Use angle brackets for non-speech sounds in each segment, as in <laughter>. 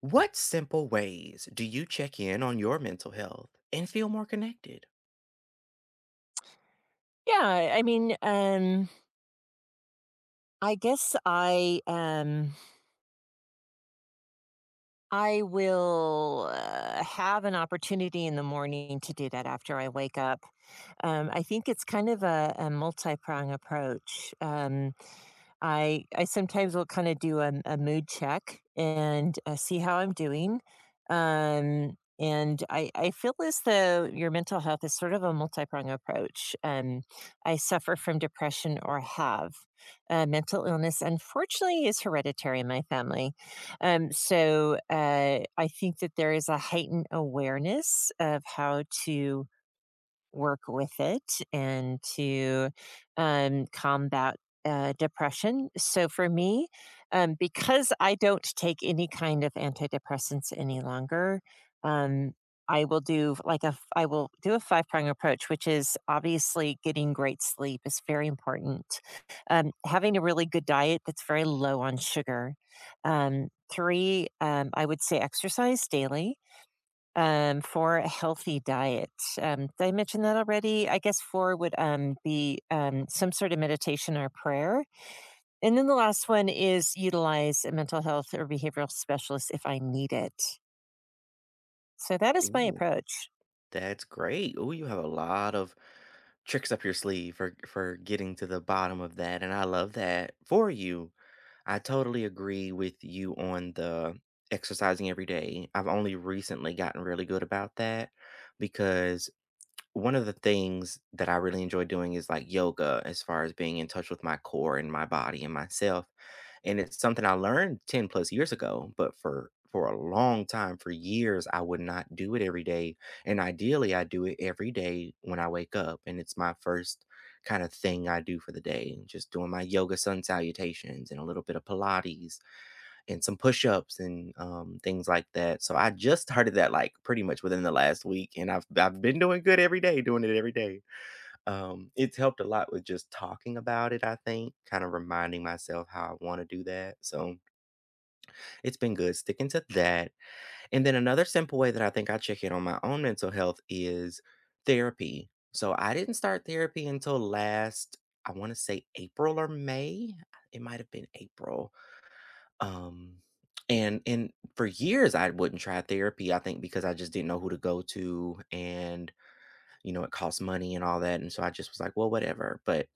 What simple ways do you check in on your mental health and feel more connected? Yeah, I mean, um, I guess I am I will have an opportunity in the morning to do that after I wake up. I think it's kind of a multi-prong approach. I sometimes will kind of do a mood check and see how I'm doing. I feel as though your mental health is sort of a multi-prong approach. I suffer from depression or have mental illness. Unfortunately, is hereditary in my family. I think that there is a heightened awareness of how to work with it and to combat depression. So for me, because I don't take any kind of antidepressants any longer, um, I will do like I will do a five prong approach, which is obviously getting great sleep is very important. Having a really good diet that's very low on sugar. Three, I would say exercise daily for a healthy diet. Did I mention that already? I guess four would be some sort of meditation or prayer. And then the last one is utilize a mental health or behavioral specialist if I need it. So that is my Ooh, approach. that's great. Ooh, you have a lot of tricks up your sleeve for getting to the bottom of that, and I love that for you. I totally agree with you on the exercising every day. I've only recently gotten really good about that because one of the things that I really enjoy doing is like yoga as far as being in touch with my core and my body and myself. And it's something I learned 10 plus years ago, but for a long time, for years, I would not do it every day. And ideally, I do it every day when I wake up. And it's my first kind of thing I do for the day, just doing my yoga sun salutations and a little bit of Pilates and some push-ups and things like that. So I just started that like pretty much within the last week, and I've been doing good every day, doing it every day. It's helped a lot with just talking about it. I think kind of reminding myself how I want to do that. So it's been good sticking to that. And then another simple way that I think I check in on my own mental health is therapy. So I didn't start therapy until last, I want to say April or May. It might have been April um, and for years I wouldn't try therapy, I think because I just didn't know who to go to and, you know, it costs money and all that, and so I just was like, "Well, whatever." But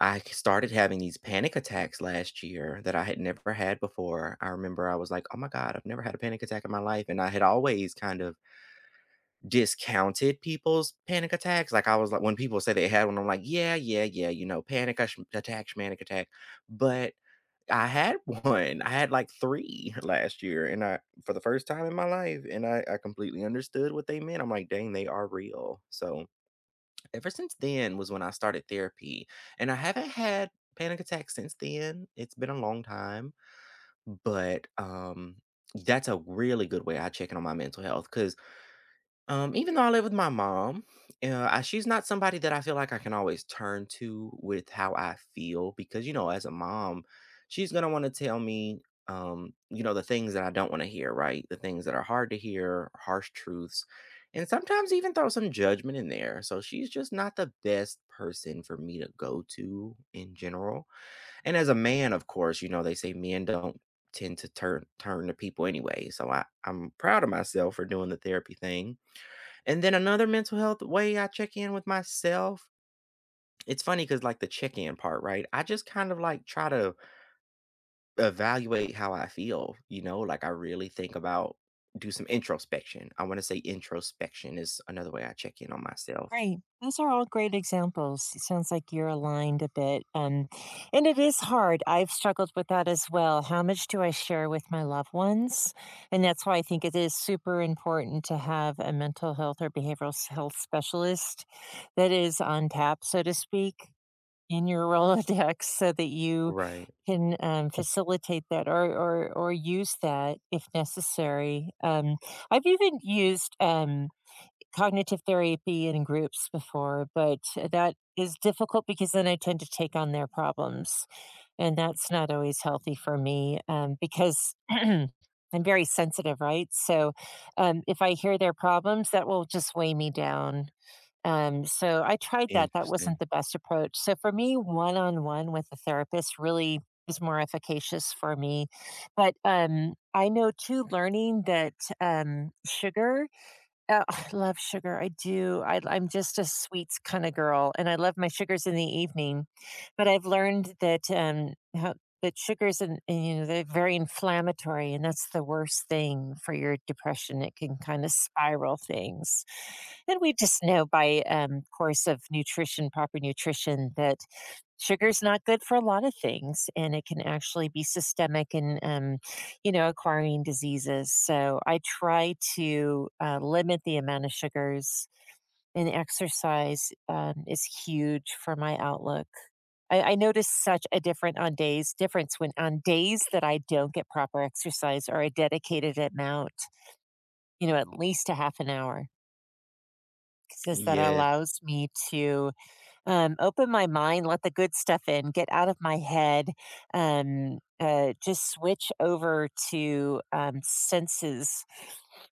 I k started having these panic attacks last year that I had never had before. I remember I was like, "Oh my god, I've never had a panic attack in my life," and I had always kind of discounted people's panic attacks, like, I was like when people say they had one, I'm like, "Yeah, yeah, yeah, you know, panic ash attack, manic attack," but I had one. I had like 3 last year, and I for the first time in my life, and I completely understood what they meant. I'm like, "Dang, they are real." So, ever since then was when I started therapy, and I haven't had panic attacks since then. It's been a long time, but, that's a really good way I check in on my mental health 'cause even though I live with my mom, I she's not somebody that I feel like I can always turn to with how I feel because, you know, as a mom, she's gonna wanna tell me, you know, the things that I don't wanna hear, right? The things that are hard to hear, harsh truths, and sometimes even throw some judgment in there. So she's just not the best person for me to go to in general. And as a man, of course, you know, they say men don't tend to turn to people anyway. So I'm proud of myself for doing the therapy thing and then another mental health way I check in with myself, it's funny because, like, the check-in part, right? I just kind of, like, try to evaluate how I feel, you know? Like, I really think about, do some introspection. I wanna say introspection is another way I check in on myself. Right. Those are all great examples. It sounds like you're aligned a bit. And it is hard. I've struggled with that as well. How much do I share with my loved ones? And that's why I think it is super important to have a mental health or health specialist that is on tap, so to speak, in your <laughs> Rolodex so that you Right. can facilitate that or use that if necessary. I've even used. Cognitive therapy in groups before, but that is difficult because then I tend to take on their problems. And that's not always healthy for me because <clears throat> I'm very sensitive, right? So if I hear their problems, that will just weigh me down. So I tried that. That wasn't Interesting. the best approach. So for me, one on one with a therapist really is more efficacious for me. But I know too, learning that sugar. Oh, I love sugar, I do, I'm just a sweets kinda girl, and I love my sugars in the evening, but I've learned that, how that sugars and you know, they're very inflammatory, and that's the worst thing for your depression, it can kinda spiral things, and we just know by, course of nutrition, proper nutrition, that sugar's not good for a lot of things, and it can actually be systemic and, you know, acquiring diseases. So I try to limit the amount of sugars, and exercise is huge for my outlook. I notice such a different on days difference when on days that I don't get proper exercise or I dedicated amount, you know, at least a half an hour, because that Yes, allows me to open my mind, let the good stuff in, get out of my head, just switch over to senses,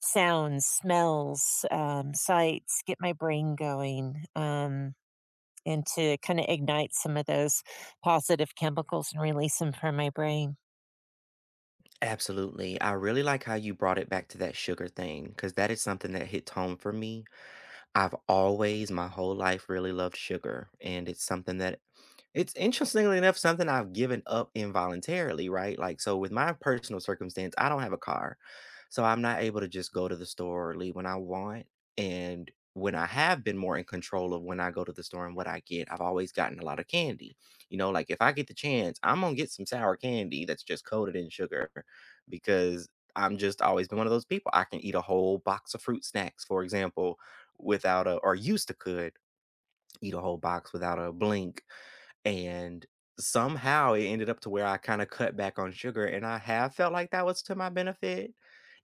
sounds, smells, sights, get my brain going. And to kind of ignite some of those positive chemicals and release them from my brain. absolutely. I really like how you brought it back to that sugar thing because that is something that hits home for me. I've always, my whole life, really loved sugar, and it's something that, it's interestingly enough something I've given up involuntarily, right? Like, so with my personal circumstance, I don't have a car, so I'm not able to just go to the store or leave when I want. And when I have been more in control of when I go to the store and what I get, I've always gotten a lot of candy. You know, like if I get the chance, I'm gonna get some sour candy that's just coated in sugar because I'm just always been one of those people. I can eat a whole box of fruit snacks, for example, without a, or used to could eat a whole box without a blink, and somehow it ended up to where I kind of cut back on sugar, and I have felt like that was to my benefit,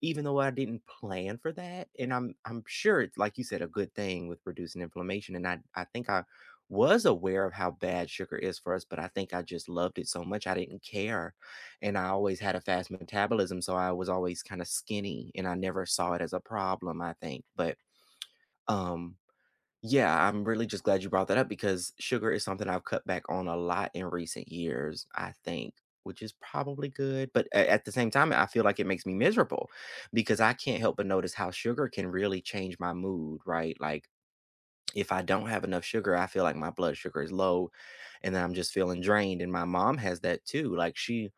even though I didn't plan for that, and I'm sure it's like you said, a good thing with reducing inflammation. And I think I was aware of how bad sugar is for us, but I think I just loved it so much I didn't care. And I always had a fast metabolism, so I was always kind of skinny and I never saw it as a problem, I think. But um yeah, I'm really just glad you brought that up because sugar is something I've cut back on a lot in recent years, I think, which is probably good. But at the same time, I feel like it makes me miserable because I can't help but notice how sugar can really change my mood, right? Like, if I don't have enough sugar, I feel like my blood sugar is low and then I'm just feeling drained. And my mom has that too. Like, she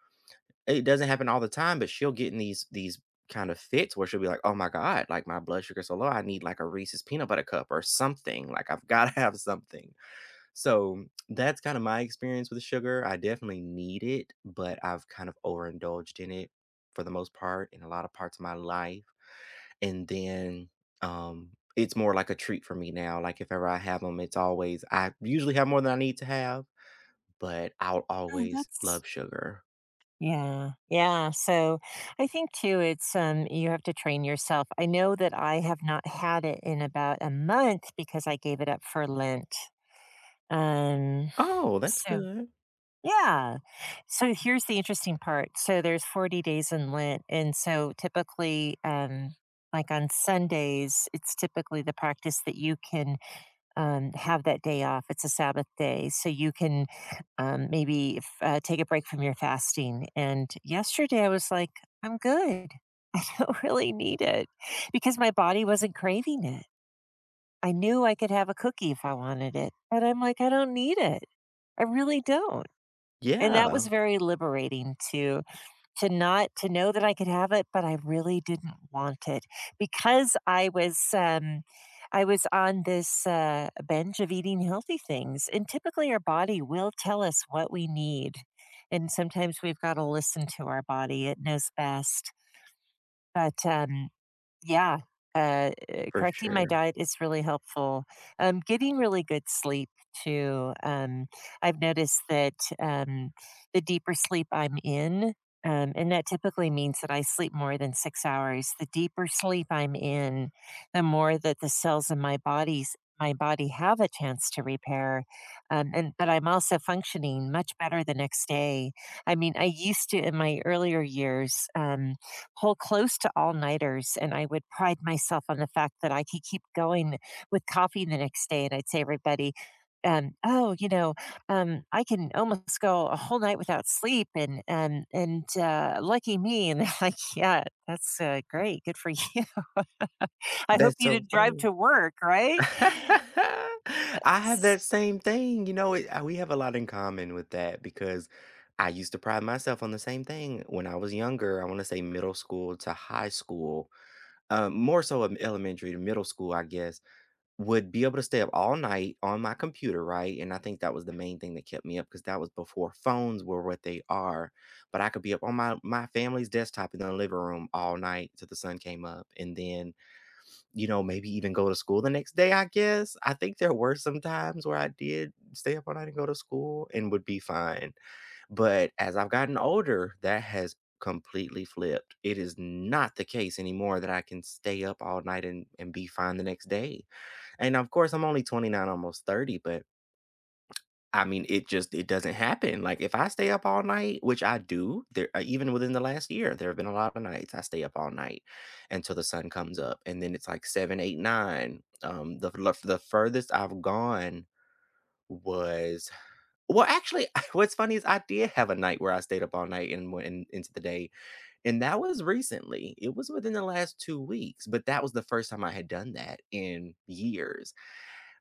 it doesn't happen all the time, but she'll get in these kind of fits where she'll be like, "Oh my god, like my blood sugar's so low, I need like a Reese's peanut butter cup or something. Like I've got to <laughs> have something." So that's kind of my experience with sugar. I definitely need it, but I've kind of overindulged in it for the most part in a lot of parts of my life. And then um it's more like a treat for me now. Like if ever I have them, it's always, I usually have more than I need to have, but I'll Oh, always that's— love sugar. yeah. Yeah. So I think too, it's, you have to train yourself. I know that I have not had it in about a month because I gave it up for Lent. Um, Oh, that's so good. yeah. So here's the interesting part. So there's 40 days in Lent, and so typically, like on Sundays, it's typically the practice that you can have that day off. It's a Sabbath day, so you can maybe if, take a break from your fasting. And yesterday, I was like, I'm good. <laughs> Don't really need it because my body wasn't craving it. I knew I could have a cookie if I wanted it, but I'm like, I don't need it. I really don't. And that was Yeah, very liberating to not to know that I could have it, but I really didn't want it because I was on this bench of eating healthy things, and typically our body will tell us what we need, and sometimes we've got to listen to our body; it knows best. But yeah, for correcting my sure. diet is really helpful. Getting really good sleep too. I've noticed that um, the deeper sleep I'm in, and that typically means that I sleep more than 6 hours. The deeper sleep I'm in, the more that the cells in my body have a chance to repair, and but I'm also functioning much better the next day. I mean, I used to in my earlier years. Pull close to all nighters. And I would pride myself on the fact that I could keep going with coffee the next day. And I'd say, everybody, oh, you know, I can almost go a whole night without sleep, and lucky me. And they're <laughs> like, yeah, that's great, good for you. <laughs> I hope That's you so didn't drive funny. to work, right? <laughs> I have S- that same thing, you know, we have a lot in common with that because I used to pride myself on the same thing when I was younger. I want to say middle school to high school, more so of elementary to middle school, I guess, would be able to stay up all night on my computer, right? And I think that was the main thing that kept me up because that was before phones were what they are. But I could be up on my family's desktop in the living room all night till the sun came up, and then, you know, maybe even go to school the next day, I guess. I think there were some times where I did stay up all night and go to school and would be fine. But as I've gotten older, that has completely flipped. It is not the case anymore that I can stay up all night and be fine the next day. And of course, I'm only 29, almost 30, but I mean, it just it doesn't happen. Like if I stay up all night, which I do, there even within the last year, there have been a lot of nights I stay up all night until the sun comes up, and then it's like seven, eight, nine. The furthest I've gone was, well, actually, <laughs> what's funny is I did have a night where I stayed up all night and into the day, and that was recently. It was within the last 2 weeks, but that was the first time I had done that in years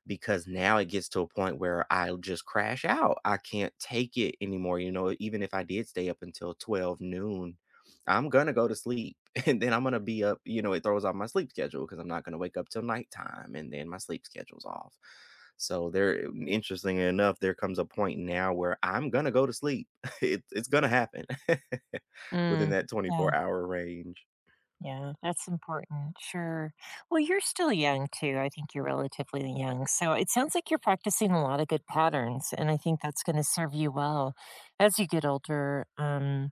because now it gets to a point where I just crash out. I can't take it anymore. You know, even if I did stay up until 12 noon, I'm going to go to sleep <laughs> and then I'm going to be up. You know, it throws off my sleep schedule because I'm not going to wake up till nighttime and then my sleep schedule's off. So interestingly enough, there comes a point now where I'm going to go to sleep. <laughs> It's going to happen <laughs> within Mm, that yeah. 24-hour range. Yeah, that's important. Sure. Well, you're still young too. I think you're relatively young. So it sounds like you're practicing a lot of good patterns. And I think that's going to serve you well as you get older.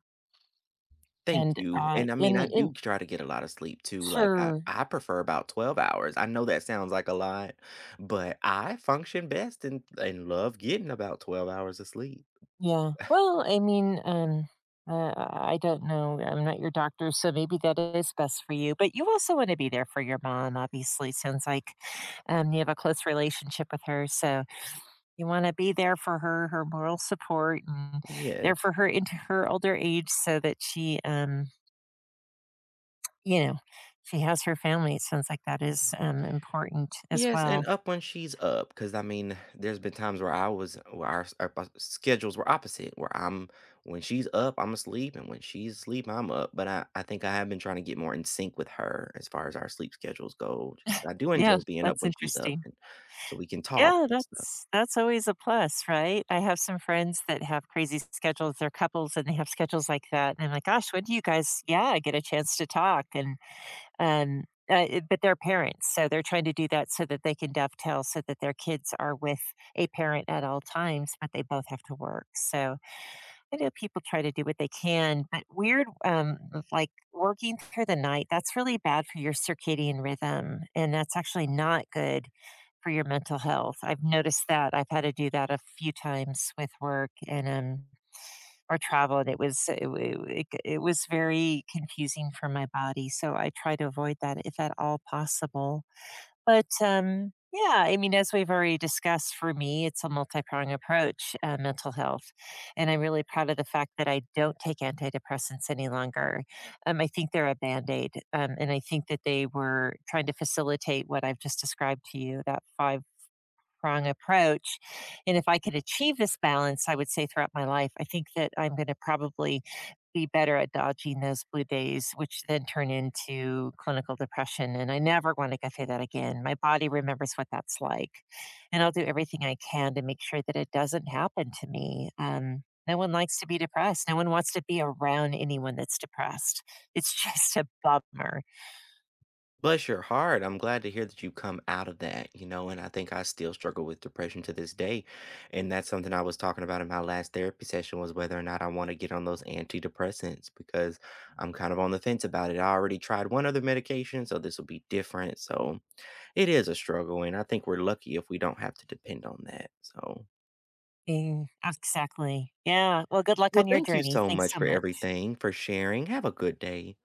Thank you, and I mean, I And do try to get a lot of sleep too, like, I sure. I prefer about 12 hours. I know that sounds like a lot, but I function best and love getting about 12 hours of sleep. Yeah. Well, I mean, I don't know. I'm not your doctor, so maybe that is best for you. But you also want to be there for your mom, obviously. Sounds like you have a close relationship with her. So you wanna be there for her, her moral support, and there Yes. for her into her older age so that she, you know, she has her family. It sounds like that is, important as Yes, and well. up when she's up, because I mean, there's been times where I was where our schedules were opposite, where I'm, when she's up, I'm asleep, and when she's asleep, I'm up. But I think I have been trying to get more in sync with her as far as our sleep schedules go, 'cause I do Yeah, enjoy being up that's when she's up, interesting. and so we can talk Yeah, and stuff. that's always a plus, right? I have some friends that have crazy schedules. They're couples, and they have schedules like that, and I'm like, "Gosh, when do you guys, yeah, get a chance to talk?" And Um, but they're parents, so they're trying to do that so that they can dovetail, so that their kids are with a parent at all times, but they both have to work. So I know people try to do what they can, but weird, like working through the night, that's really bad for your circadian rhythm, and that's actually not good for your mental health. I've noticed that. I've had to do that a few times with work, and or traveled, it was so, it was very confusing for my body, so I try to avoid that if at all possible. But, yeah, I mean, as we've already discussed, for me, it's a multi-pronged approach, mental health, and I'm really proud of the fact that I don't take antidepressants any longer. I think they're a Band-Aid, and I think that they were trying to facilitate what I've just described to you, that 5 prong approach. And if I could achieve this balance, I would say throughout my life, I think that I'm going to probably be better at dodging those blue days, which then turn into clinical depression. And I never want to go through that again. My body remembers what that's like. And I'll do everything I can to make sure that it doesn't happen to me. No one likes to be depressed. No one wants to be around anyone that's depressed. It's <laughs> just a bummer. Bless your heart. I'm glad to hear that you come out of that, you know, and I think I still struggle with depression to this day. And that's something I was talking about in my last therapy session, was whether or not I want to get on those antidepressants because I'm kind of on the fence about it. I already tried one other medication, so this will be different. So it is a struggle. And I think we're lucky if we don't have to depend on that. So, Mm, exactly. Yeah. Well, good luck well, on your thank you journey. so Thanks much so for much. everything, for sharing. Have a good day.